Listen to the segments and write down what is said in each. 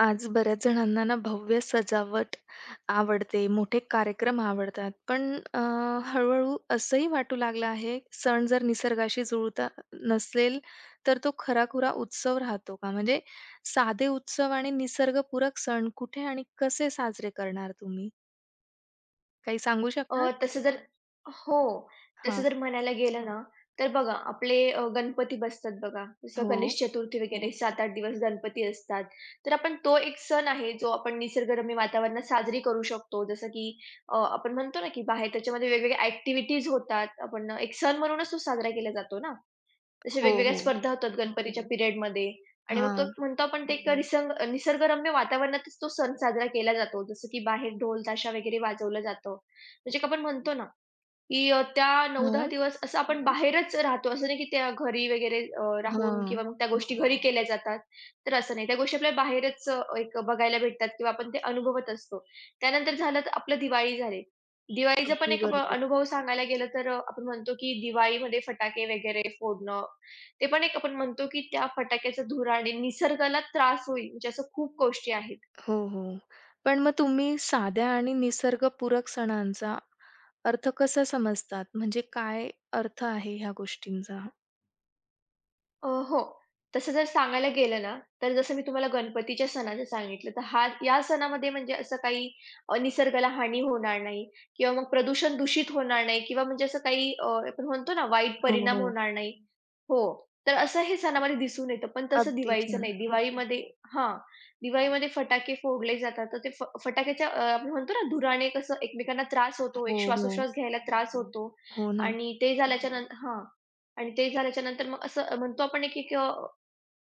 आज बऱ्याच जणांना ना भव्य सजावट आवडते, मोठे कार्यक्रम आवडतात. पण अ, हळू-हळू असंही वाटू लागलं आहे, सण जर निसर्गाशी जुळता नसेल, तर तो खराखुरा उत्सव राहतो का? म्हणजे साधे उत्सव आणि निसर्गपूरक सण कुठे आणि कसे साजरे करणार तुम्ही? काही सांगू अ, शकणार? तसं जर हो, तसं हां. जर म्हणायला गेलं ना, तर बघा आपले गणपती बसतात बघा. जसं हो. गणेश चतुर्थी वगैरे 7-8 दिवस गणपती असतात. तर आपण तो एक सण आहे जो आपण निसर्गरम्य वातावरणात साजरी करू शकतो. जसं की आपण म्हणतो ना, की बाहेर त्याच्यामध्ये वेगवेगळ्या ॲक्टिव्हिटीज होतात. आपण एक सण म्हणूनच तो साजरा केला जातो ना. अशा हो, वेगवेगळ्या हो. स्पर्धा होतात गणपतीच्या पिरियडमध्ये आणि मग तो हां. म्हणतो आपण ते एक. निसर्गरम्य वातावरणातच तो सण साजरा केला जातो. जसं की बाहेर ढोल, ताशा वगैरे वाजवलं जातं. म्हणजे एक आपण म्हणतो ना, की त्या 9-10 हां. दिवस असं आपण बाहेरच राहतो. असं नाही की त्या घरी वगैरे राहून हां. किंवा मग त्या गोष्टी घरी केल्या जातात. तर असं नाही. त्या गोष्टी आपल्याला बाहेरच एक बघायला भेटतात किंवा आपण ते अनुभवत असतो. त्यानंतर झालं तर आपलं दिवाळी झाली. दिवाळीचा पण अगदी एक बरोबर. अनुभव सांगायला गेलं तर आपण म्हणतो की दिवाळीमध्ये फटाके वगैरे फोडणं, ते पण एक आपण म्हणतो की त्या फटाक्याच्या धुराने निसर्गाला त्रास होईल म्हणजे असं खूप गोष्टी आहेत. हो, हो. पण मग तुम्ही साध्या आणि निसर्गपूरक सणांचा अर्थ कसा समजतात? म्हणजे काय अर्थ आहे ह्या गोष्टींचा? हो. तसं जर सांगायला गेलं ना, तर जसं मी तुम्हाला गणपतीच्या सणाचं सांगितलं, तर हा या सणामध्ये म्हणजे असं काही निसर्गाला हानी होणार नाही किंवा मग प्रदूषण दूषित होणार नाही किंवा म्हणजे असं काही आपण म्हणतो ना, वाईट हो, परिणाम हो. होणार नाही. हो. तर असं हे सणामध्ये दिसून येतं. पण तसं अगदी दिवाळीचं छान. नाही. दिवाळीमध्ये हां. दिवाळीमध्ये फटाके फोडले जातात. तर ते फटाक्याच्या आपण म्हणतो ना, धुराने कसं एकमेकांना त्रास होतो, हो, एक हो. श्वासोश्वास घ्यायला त्रास होतो हो ना. आणि ते झाल्याच्या नं हां. आणि ते झाल्याच्या नंतर मग असं म्हणतो आपण एक एक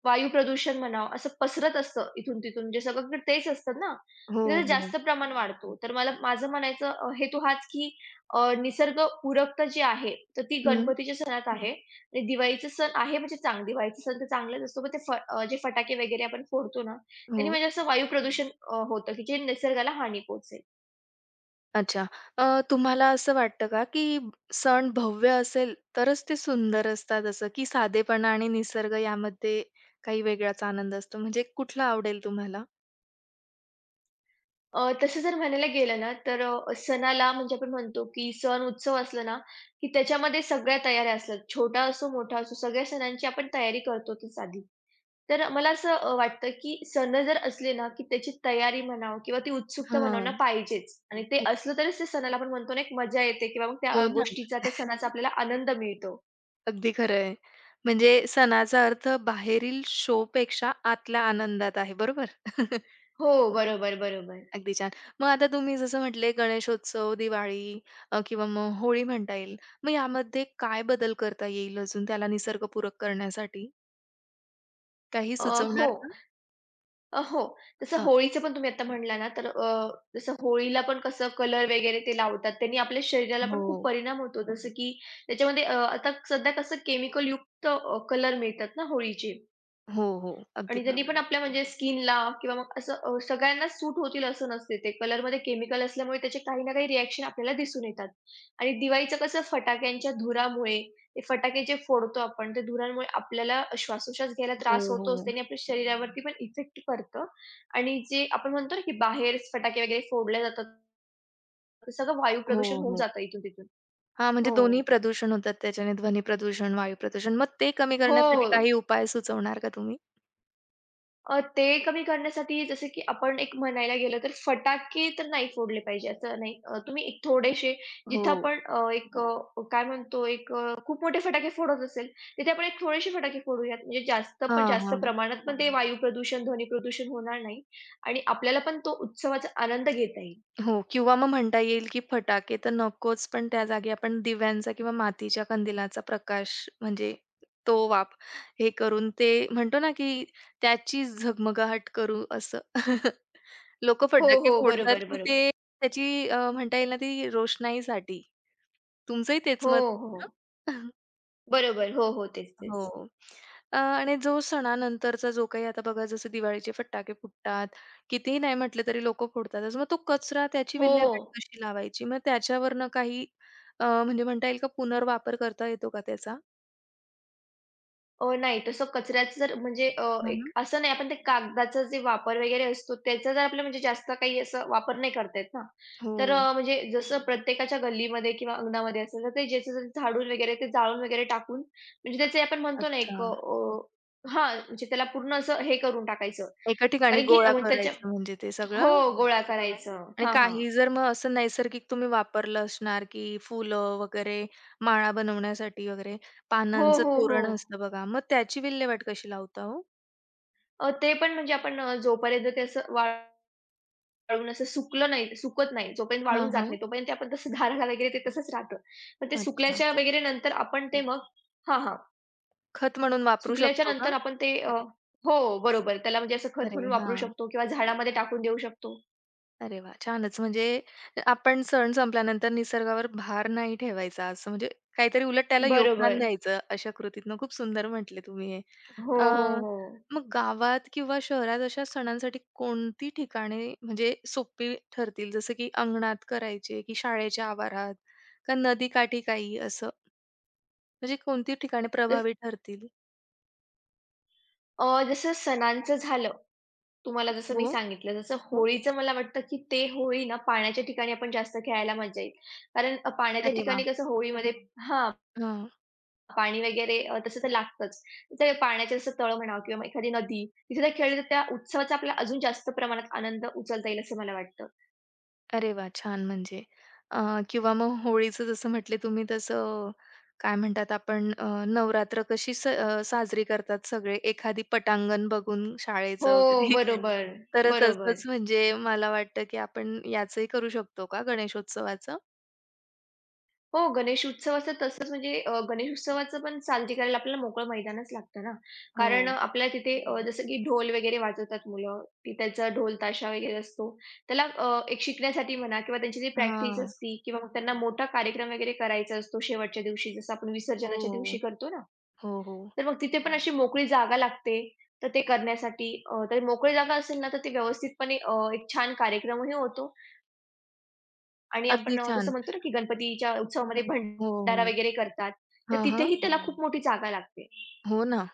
वायू प्रदूषण म्हणावं, असं पसरत असतं इथून-तिथून. म्हणजे सगळीकडे तेच असतं ना, हो, की त्याचं हो. जास्त प्रमाण वाढतो. तर मला माझं म्हणायचं हेतू हाच की निसर्गपूरकता जी आहे, तर ती हं. गणपतीच्या सणात आहे आणि दिवाळीचा सण आहे म्हणजे दिवाळीचा सण तर चांगलाच असतो. पण ते जे फटाके वगैरे आपण फोडतो ना, त्याने हो. म्हणजे असं वायू प्रदूषण होतं की जे निसर्गाला हानी पोहोचेल. अच्छा. तुम्हाला असं वाटतं का, की सण भव्य असेल तरच ते सुंदर असतात असं, की साधेपणा आणि निसर्ग यामध्ये काही वेगळाच आनंद असतो? म्हणजे कुठला आवडेल तुम्हाला? तसं जर म्हणायला गेलं ना, तर सणाला म्हणजे आपण म्हणतो, की सण उत्सव असला ना, की त्याच्यामध्ये सगळ्या तयाऱ्या असतात. छोटा असो, मोठा असो, सगळ्या सणांची आपण तयारी करतोच आधी. तर मला असं वाटतं, की सण जर असले ना, की त्याची तयारी म्हणावं किंवा ती उत्सुकता म्हणावं ना हां. पाहिजेच. आणि ते हो, असलं तरच त्या सणाला आपण म्हणतो ना, एक मजा येते किंवा मग त्या हो ना. गोष्टीचा, त्या सणाचा आपल्याला आनंद मिळतो. अगदी खरं आहे. म्हणजे सणाचा अर्थ बाहेरील शोपेक्षा आतल्या आनंदात आहे, बरोबर? हो, बरोबर, बरोबर. अगदी छान. मग आता तुम्ही जसं म्हटले गणेशोत्सव, दिवाळी किंवा मग होळी म्हणता येईल. मग यामध्ये काय बदल करता येईल अजून त्याला निसर्गपूरक करण्यासाठी? काही अ, सुचवणार हो. का? हो. जसं हां. होळीचं पण तुम्ही आता म्हणला ना, तर जसं होळीला पण कसं कलर वगैरे ते लावतात. त्यांनी आपल्या शरीराला पण हो. खूप परिणाम होतो. जसं की त्याच्यामध्ये आता सध्या कसं केमिकलयुक्त कलर मिळतात ना होळीचे. हो, हो. अगदी आणि त्यांनी बरोबर. पण आपल्या म्हणजे स्किनला किंवा मग असं सगळ्यांना सूट होतील असं नसते ते. कलरमध्ये केमिकल असल्यामुळे त्याचे काही ना काही रिएक्शन आपल्याला दिसून येतात. आणि दिवाळीचं कसं फटाक्यांच्या धुरामुळे, ते फटाके जे फोडतो आपण, त्या धुरांमुळे आपल्याला श्वासोश्वास घ्यायला हो, त्रास होतोच. हो. त्याने आपल्या शरीरावरती पण इफेक्ट करतं. आणि जे आपण म्हणतो ना, की बाहेर फटाके वगैरे फोडले जातात, ते सगळं वायू हो, प्रदूषण होऊन हो. जातं इथून-तिथून. हां, हो. म्हणजे दोन्ही प्रदूषण होतात त्याच्याने ध्वनी प्रदूषण, वायू प्रदूषण. मग ते कमी हो, करण्यासाठी काही उपाय सुचवणार का तुम्ही? ते कमी करण्यासाठी जसं की आपण एक म्हणायला गेलं तर फटाके तर नाही फोडले पाहिजे असं नाही. तुम्ही एक थोडेसे हो. जिथं आपण एक काय म्हणतो एक खूप मोठे फटाके फोडत असेल, तिथे आपण एक थोडेसे फटाके फोडूयात. म्हणजे जास्त पण हां, जास्त हां. प्रमाणात पण ते वायू प्रदूषण, ध्वनी प्रदूषण होणार नाही आणि आपल्याला पण तो उत्सवाचा आनंद घेता येईल. हो किंवा मग म्हणता येईल, की फटाके तर नकोच, पण त्या जागी आपण दिव्यांचा किंवा मातीच्या कंदिलाचा प्रकाश म्हणजे तो वाप हे करून ते म्हणतो ना, की त्याची झगमगाहट करू असं. लोकं हो, फटाके हो. फोडतात, बरोबर, की बरोबर. ते त्याची म्हणता येईल ना, ती रोषणाईसाठी. तुमचंही तेच हो, मत आहे हो. ना? बरोबर. हो, हो. तेच, तेच. हो. आणि जो सणानंतरचा जो काही आता बघा जसं दिवाळीचे फटाके फुटतात. कितीही नाही म्हटले तरी लोकं फोडतातच. मग तो कचरा त्याची हो. विल्हेवाट कशी लावायची? मग त्याच्यावरनं काही म्हणजे म्हणता येईल का पुनर्वापर करता येतो का त्याचा? नाही तसं कचऱ्याचं जर म्हणजे एक हं. असं नाही आपण ते कागदाचा जे वापर वगैरे असतो त्याचा जर आपलं म्हणजे जास्त काही असं वापर नाही करता येत ना. तर हो. म्हणजे जसं प्रत्येकाच्या गल्लीमध्ये किंवा अंगणामध्ये असेल तर ते ज्याचं जर झाडून वगैरे ते जाळून वगैरे टाकून म्हणजे त्याचे आपण म्हणतो ना एक अ, अच्छा. अ, हां, म्हणजे त्याला पूर्ण असं हे करून टाकायचं. एका ठिकाणी कारण की गोळा म्हणजे त्याच्या करायचं म्हणजे ते सगळं हो, गोळा करायचं. आणि हां, हां. काही जर मग असं नैसर्गिक तुम्ही वापरलं असणार, की फुलं वगैरे माळा बनवण्यासाठी वगैरे हो, पानांचं हो, हो. तोरण असतं बघा. मग त्याची विल्हेवाट कशी लावता हो? ते पण म्हणजे आपण जोपर्यंत ते असं वाळून असं सुकलं नाही सुकत नाही. जोपर्यंत हां, वाळून जात हां. नाही, तोपर्यंत ते आपण तसं धाराला वगैरे ते तसंच राहतं. पण ते अच्छा. सुकल्याच्या वगैरे नंतर आपण ते मग हां, हां. खत म्हणून वापरू सुकल्याच्या शकतो का? नंतर आपण ते हो, बरोबर. त्याला म्हणजे असं खत अरे म्हणून वापरू हां. शकतो किंवा झाडामध्ये टाकून देऊ शकतो. अरे वाह! छानच. म्हणजे आपण सण संपल्यानंतर निसर्गावर भार नाही ठेवायचा असं म्हणजे काहीतरी उलट त्याला योगदान बरोबर. द्यायचं अशा कृतीतनं. खूप सुंदर म्हटले तुम्ही हे. हो, अ, हो, हो. मग गावात किंवा शहरात अशा सणांसाठी कोणती ठिकाणे म्हणजे सोपी ठरतील? जसं की अंगणात करायचे की शाळेच्या आवारात का नदीकाठी काही असं? म्हणजे कोणती ठिकाणे तस प्रभावी ठरतील? जसं सणांचं झालं, तुम्हाला जसं मी हो. सांगितलं, जसं होळीचं मला वाटतं, की ते होळी ना पाण्याच्या ठिकाणी आपण जास्त खेळायला मजा येईल. कारण पाण्याच्या अरे वाह! ठिकाणी कसं होळीमध्ये हां. पाणी वगैरे तसं तर लागतंच. तर पाण्याचे जसं तळं म्हणावं किंवा मग एखादी नदी, तिथे जर खेळले तर त्या उत्सवाचा आपल्याला अजून जास्त प्रमाणात आनंद उचलता येईल असं मला वाटतं. अरे वा, छान म्हणजे अ, किंवा मग होळीचं जसं म्हटले तुम्ही तसं काय म्हणतात आपण नवरात्र कशी स साजरी करतात सगळे एखादी पटांगण बघून हो, शाळेचं वगैरे. बरोबर. तर बरोबर. तसंच म्हणजे मला वाटतं, की आपण याचंही करू शकतो का गणेशोत्सवाचं? हो, गणेश उत्सवाचं तसंच म्हणजे गणेश उत्सवाचं पण साजरी करायला आपल्याला मोकळं मैदानच लागतं ना. हो. कारण आपल्याला तिथे जसं की ढोल वगैरे वाजवतात मुलं, की त्याचा ढोल ताशा वगैरे असतो. त्याला एक शिकण्यासाठी म्हणा किंवा त्यांची जी प्रॅक्टिस हां. असती किंवा मग त्यांना मोठा कार्यक्रम वगैरे करायचा असतो शेवटच्या दिवशी, जसं आपण हो, विसर्जनाच्या दिवशी हो. करतो ना, हो, हो. तर मग तिथे पण अशी मोकळी जागा लागते, तर ते करण्यासाठी तर मोकळी जागा असेल ना, तर ते व्यवस्थितपणे एक छान कार्यक्रमही होतो आणि अगदी आपण जसं छान. म्हणतो ना, की गणपतीच्या उत्सवामध्ये हो, भंडारा हो. वगैरे करतात, तर हां, हां. तिथेही त्याला खूप मोठी जागा लागते. हो ना.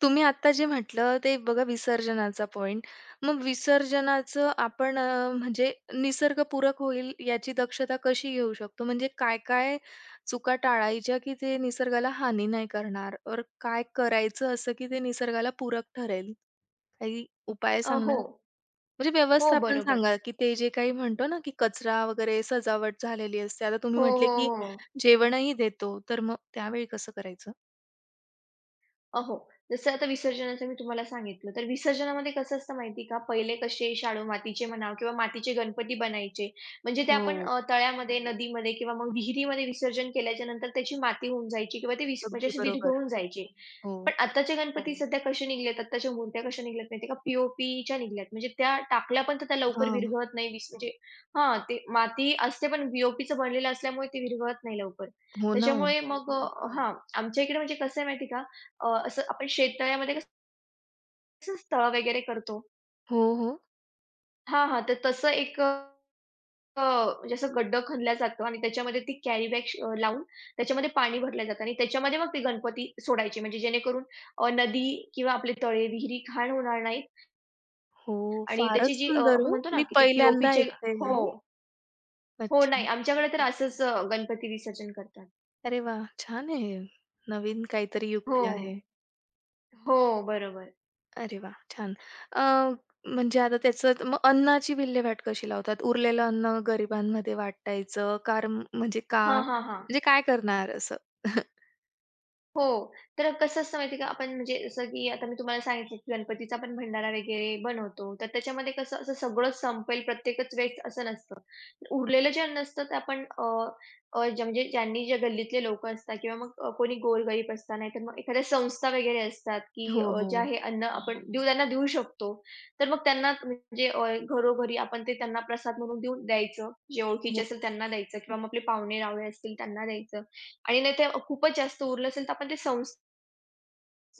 तुम्ही आत्ता जे म्हटलं ते बघा विसर्जनाचा पॉइंट. मग विसर्जनाचं आपण म्हणजे निसर्गपूरक होईल याची दक्षता कशी घेऊ शकतो? म्हणजे काय-काय चुका टाळायच्या की ते निसर्गाला हानी नाही करणार? और काय करायचं असं की ते निसर्गाला पूरक ठरेल? काही उपाय सांगणार? हो. म्हणजे हो, व्यवस्थापन बरोबर. सांगा की ते जे काही म्हणतो ना की कचरा वगैरे सजावट झालेली असते. आता तुम्ही हो, म्हटले हो, की हो. जेवणही देतो, तर मग त्यावेळी कसं करायचं? हो. जसं आता विसर्जनाचं मी तुम्हाला सांगितलं, तर विसर्जनामध्ये कसं असतं माहिती आहे का, पहिले कसे शाडू मातीचे म्हणा किंवा मातीचे गणपती बनायचे. म्हणजे ते आपण हो, तळ्यामध्ये, नदीमध्ये किंवा मग विहिरीमध्ये विसर्जन केल्याच्या नंतर त्याची माती होऊन जायची किंवा ते म्हणजे अगदी असे बरोबर. विरघळून जायचे. हो. पण आत्ताचे गणपती बरोबर. सध्या कसे निघालेत, आत्ताच्या मूर्त्या कशा निघाल्यात माहिती का, पी ओ म्हणजे त्या टाकल्या पण तर त्या लवकर हां. विरघळत नाही. म्हणजे हां, ते माती असते पण पी बनलेलं असल्यामुळे ते विरघळत नाही लवकर. हो ना हो. त्याच्यामुळे मग आमच्या इकडे म्हणजे कसं आहे माहिती का, असं आपण शेततळ्यामध्ये कसं स्थळ वगैरे करतो. हो, हो. हां, हां. तर तसं एक अ, म्हणजे असं गड्डं खणलं जातं आणि त्याच्यामध्ये ती कॅरी बॅग लावून त्याच्यामध्ये पाणी भरलं जातं आणि त्याच्यामध्ये मग ते गणपती सोडायचे. म्हणजे जेणेकरून नदी किंवा आपले तळे, विहिरी घाण होणार नाहीत हो, आणि त्याची फारच जी सुंदर आपण हो. म्हणतो ना, मी की ते पहिल्यांदा पी-ओ-पीचे ऐकते हो, हे. हो. नाही, अच्छा. आमच्याकडे तर असंच गणपती विसर्जन करतात. अरे वा छान आहे हे. नवीन काहीतरी हो. युक्ती आहे. हो, बरोबर. अरे वाह! छान. अ, म्हणजे आता त्याचं मग अन्नाची विल्हेवाट कशी लावतात? उरलेलं अन्न गरिबांमध्ये वाटायचं कार म्हणजे का? हां, हां, हां. म्हणजे काय करणार असं? हो. तर कसं असतं माहिती आहे का, आपण म्हणजे जसं की आता मी तुम्हाला सांगितलं, की गणपतीचा आपण भंडारा वगैरे बनवतो. तर त्याच्यामध्ये कसं असं सगळंच संपेल प्रत्येकच वेळेस असं नसतं. तर उरलेलं जे अन्न असतं ते आपण अ, अ, ज्या म्हणजे ज्यांनी जे गल्लीतले लोकं असतात किंवा मग कोणी गोरगरीब असतात, नाहीतर मग एखाद्या संस्था वगैरे असतात, की हो, ज्या हो. हे अन्न आपण देऊ त्यांना देऊ शकतो. तर मग त्यांना म्हणजे घरोघरी आपण ते त्यांना प्रसाद म्हणून देऊन द्यायचं. जे ओळखीचे हो. असेल त्यांना द्यायचं किंवा मग आपले पाहुणे-रावळे असतील त्यांना द्यायचं. आणि नाही तर खूपच जास्त उरलं असेल तर आपण ते संस्थेला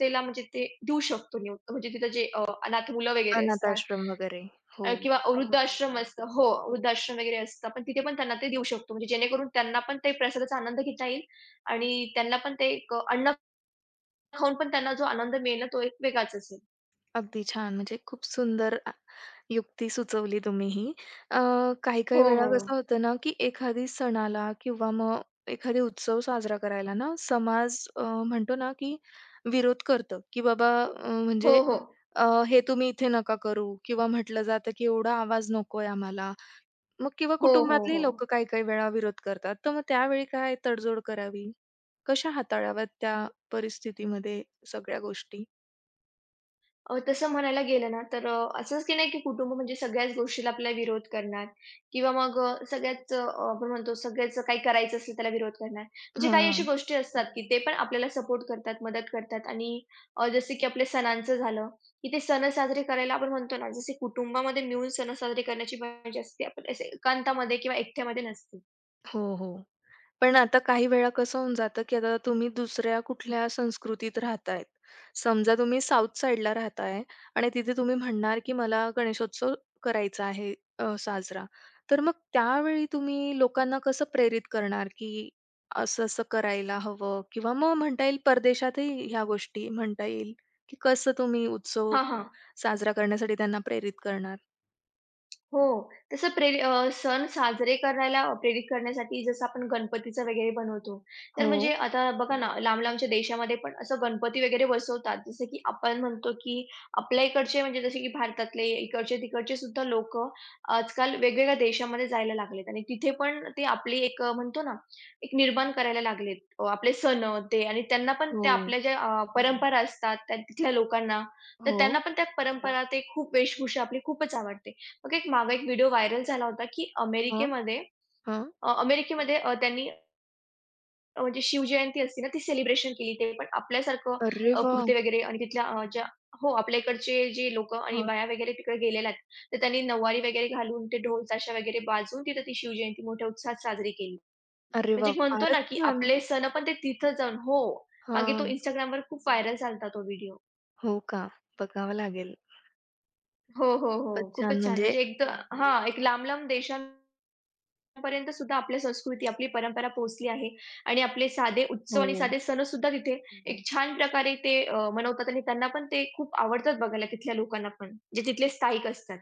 म्हणजे ते देऊ शकतो म्हणजे तिथं जे अनाथ मुलं वगैरे अनाथ असतात आश्रम वगैरे. हो. किंवा बरोबर. वृद्धाश्रम अच्छा. असतं हो, वृद्धाश्रम वगैरे असतं. आपण तिथे पण त्यांना ते देऊ शकतो. म्हणजे जेणेकरून त्यांना पण ते प्रसादाचा आनंद घेता येईल आणि त्यांना पण ते एक अन्न खाऊन पण त्यांना जो आनंद मिळेल ना, तो एक वेगळाच असेल. अगदी छान. म्हणजे खूप सुंदर आ, युक्ती सुचवली तुम्ही ही. अ, हो, काही-काही वेळा हो. कसं होतं ना, की एखादी सणाला किंवा मग एखादी उत्सव साजरा करायला ना, समाज म्हणतो ना, की विरोध करतं, की बाबा म्हणजे हो, हो. हे तुम्ही इथे नका करू किंवा म्हटलं जातं, की एवढा आवाज नकोय आम्हाला. मग किंवा हो, हो, कुटुंबातलेही हो. लोकं काही-काही वेळा विरोध करतात. तर मग त्यावेळी काय तडजोड करावी? कशा हाताळाव्यात त्या परिस्थितीमध्ये सगळ्या गोष्टी? तसं म्हणायला गेलं ना, तर असंच की नाही की कुटुंब म्हणजे सगळ्याच गोष्टीला आपला विरोध करणार किंवा मग सगळ्याच आपण म्हणतो सगळ्याच काही करायचं असेल त्याला विरोध करणार. म्हणजे काही अशा हां. गोष्टी असतात की ते पण आपल्याला सपोर्ट करतात, मदत करतात आणि जसे की आपल्या सणांचं झालं, की ते सण साजरे करायला आपण म्हणतो ना, जसे कुटुंबामध्ये मिळून सण साजरे करण्याची मजा असते. आपण असे एकांतामध्ये किंवा एकट्यामध्ये नसते. हो, हो. पण आता काही वेळा कसं होऊन जातं, की आता तुम्ही दुसऱ्या कुठल्या संस्कृतीत राहतायत. समजा तुम्ही साउथ साइडला राहताय आणि तिथे तुम्ही म्हणणार, की मला गणेशोत्सव करायचा आहे साजरा. तर मग त्यावेळी तुम्ही लोकांना कसं प्रेरित करणार, की असं-असं करायला हवं किंवा मग म्हणता येईल परदेशातही ह्या गोष्टी म्हणता येईल, की कसं तुम्ही उत्सव हां, हां. साजरा करण्यासाठी त्यांना प्रेरित करणार? हो. तसं सण साजरे करायला प्रेरित करण्यासाठी जसं आपण गणपतीचं वगैरे बनवतो. तर हो, म्हणजे आता बघा ना, लांब-लांबच्या देशामध्ये पण असं गणपती वगैरे बसवतात. जसं की आपण म्हणतो की आपल्या इकडचे म्हणजे जसे की भारतातले इकडचे-तिकडचे सुद्धा लोकं आजकाल वेगवेगळ्या देशामध्ये जायला लागलेत आणि तिथे पण ते आपली एक म्हणतो ना, एक निर्माण करायला लागलेत. आपले सण ते आणि त्यांना पण हो, त्या आपल्या ज्या परंपरा असतात त्या तिथल्या लोकांना, तर हो. त्यांना पण त्या परंपरा, ते खूप वेशभूषा आपली खूपच आवडते. मग एक मागे एक व्हिडिओ व्हायरल झाला होता, की हां, अमेरिकेमध्ये हां. अ, अमेरिकेमध्ये त्यांनी म्हणजे शिवजयंती असते ना, ती सेलिब्रेशन केली. ते पण आपल्यासारखं अरे वाह! कुर्ते वगैरे आणि तिथल्या ज्या हो, आपल्या इकडचे जे लोकं आणि हां. बाया वगैरे तिकडे गेलेल्या आहेत. तर त्यांनी नऊवारी वगैरे घालून, ते ढोल ताशा वगैरे वाजवून तिथं ती शिवजयंती मोठ्या उत्साहात साजरी केली. अरे म्हणजे वाह! एक म्हणतो ना, फारच की छान. आपले सण पण ते तिथं जाऊन हो, मागे तो हां. Instagramवर खूप व्हायरल झाला तो व्हिडिओ. हो का? बघावं लागेल. हो, हो, हो. खूपच छान खूपच छान. म्हणजे म्हणजे एकदा हां, एक लांब-लांब देशां पर्यंत सुद्धा आपली संस्कृती, आपली परंपरा पोहोचली आहे आणि आपले साधे उत्सव आणि हो, साधे सण सुद्धा तिथे एक छान प्रकारे ते मनवतात आणि त्यांना पण ते खूप आवडतात बघायला तिथल्या लोकांना पण, जे तिथले स्थायिक असतात.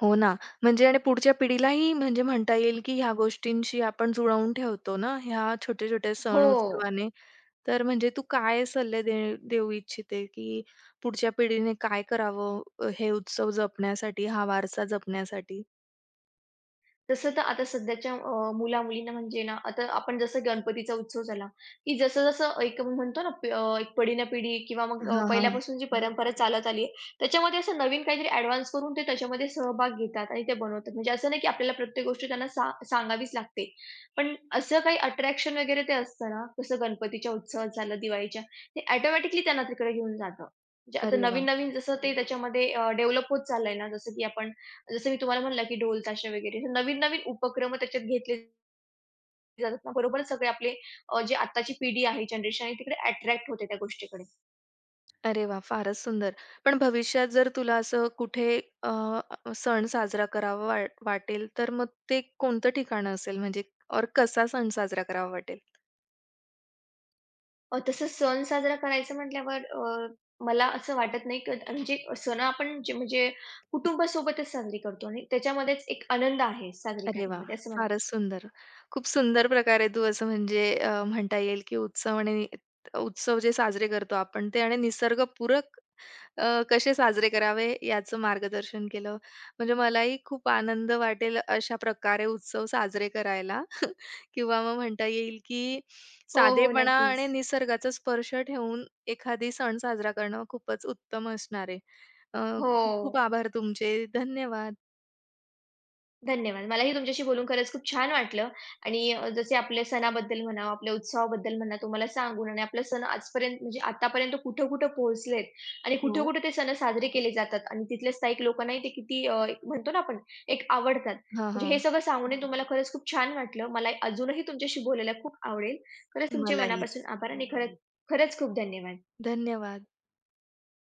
हो ना. म्हणजे आणि पुढच्या पिढीलाही म्हणजे म्हणता येईल, की ह्या गोष्टींशी आपण जुळवून ठेवतो ना, ह्या छोट्या-छोट्या सण हो. उत्सवाने. तर म्हणजे तू काय सल्ले दे देऊ इच्छिते, की पुढच्या पिढीने काय करावं हे उत्सव जपण्यासाठी, हा वारसा जपण्यासाठी? तसं तर आता सध्याच्या मुला-मुलींना म्हणजे ना, आता आपण जसं गणपतीचा उत्सव झाला, की जसं-जसं एक म्हणतो ना, एक पिढी ना पिढी किंवा मग हां, हां. पहिल्यापासून जी परंपरा चालत आली आहे, त्याच्यामध्ये असं नवीन काहीतरी ॲडव्हान्स करून ते त्याच्यामध्ये सहभाग घेतात आणि ते बनवतात. म्हणजे असं नाही की आपल्याला प्रत्येक गोष्ट त्यांना सांगावीच लागते. पण असं काही अट्रॅक्शन वगैरे ते असतं ना, जसं गणपतीच्या उत्सवात झालं, दिवाळीच्या, ते ऑटोमॅटिकली त्यांना तिकडे घेऊन जातं. म्हणजे आता अरे वाह! नवीन-नवीन जसं ते त्याच्यामध्ये डेव्हलप होत चाललंय ना, जसं की आपण जसं मी तुम्हाला म्हणलं, की ढोल, ताशा वगैरे हे नवीन-नवीन उपक्रम त्याच्यात घेतले जातात ना, बरोबर सगळे आपले जे आत्ताची पिढी आहे, जनरेशन आहे, तिकडे अट्रॅक्ट होते त्या गोष्टीकडे. अरे वा फारच सुंदर. पण भविष्यात जर तुला असं कुठे अ, अ, सण साजरा करावा वा वाटेल, तर मग ते कोणतं ठिकाण असेल? म्हणजे और कसा सण साजरा करावा वाटेल? तसं सण साजरा करायचं म्हटल्यावर मला असं वाटत नाही, की म्हणजे सण आपण जे म्हणजे कुटुंबासोबतच साजरी करतो आणि त्याच्यामध्येच एक आनंद आहे साजरी अरे वा करण्यामध्ये असं मला फारच सुंदर. खूप सुंदर प्रकारे तू असं म्हणजे म्हणता येईल, की उत्सव आणि उत्सव जे साजरे करतो आपण ते आणि निसर्गपूरक कसे साजरे करावे याचं मार्गदर्शन केलं. म्हणजे मलाही खूप आनंद वाटेल अशा प्रकारे उत्सव साजरे करायला किंवा मग म्हणता येईल, की हो, हो. साधेपणा नक्कीच. आणि निसर्गाचा स्पर्श ठेवून एखादी सण साजरा करणं खूपच उत्तम असणार आहे. हो. खूप खूप आभार तुमचे. धन्यवाद. धन्यवाद. मलाही तुमच्याशी बोलून खरंच खूप छान वाटलं आणि जसे आपल्या सणाबद्दल म्हणा, आपल्या उत्सवाबद्दल म्हणा, तुम्हाला सांगून आणि आपला सण आजपर्यंत म्हणजे आतापर्यंत कुठं-कुठं पोहोचलेत आणि हो. कुठे-कुठे ते सण साजरे केले जातात आणि तिथल्या स्थायिक लोकांनाही ते किती एक म्हणतो ना आपण एक आवडतात. हां, म्हणजे हे हां. सगळं सांगूनही तुम्हाला खरंच खूप छान वाटलं. मला अजूनही तुमच्याशी बोलायला खूप आवडेल. खरंच तुमचे मलाही. मनापासून आभार आणि खरंच खरंच खूप धन्यवाद. धन्यवाद.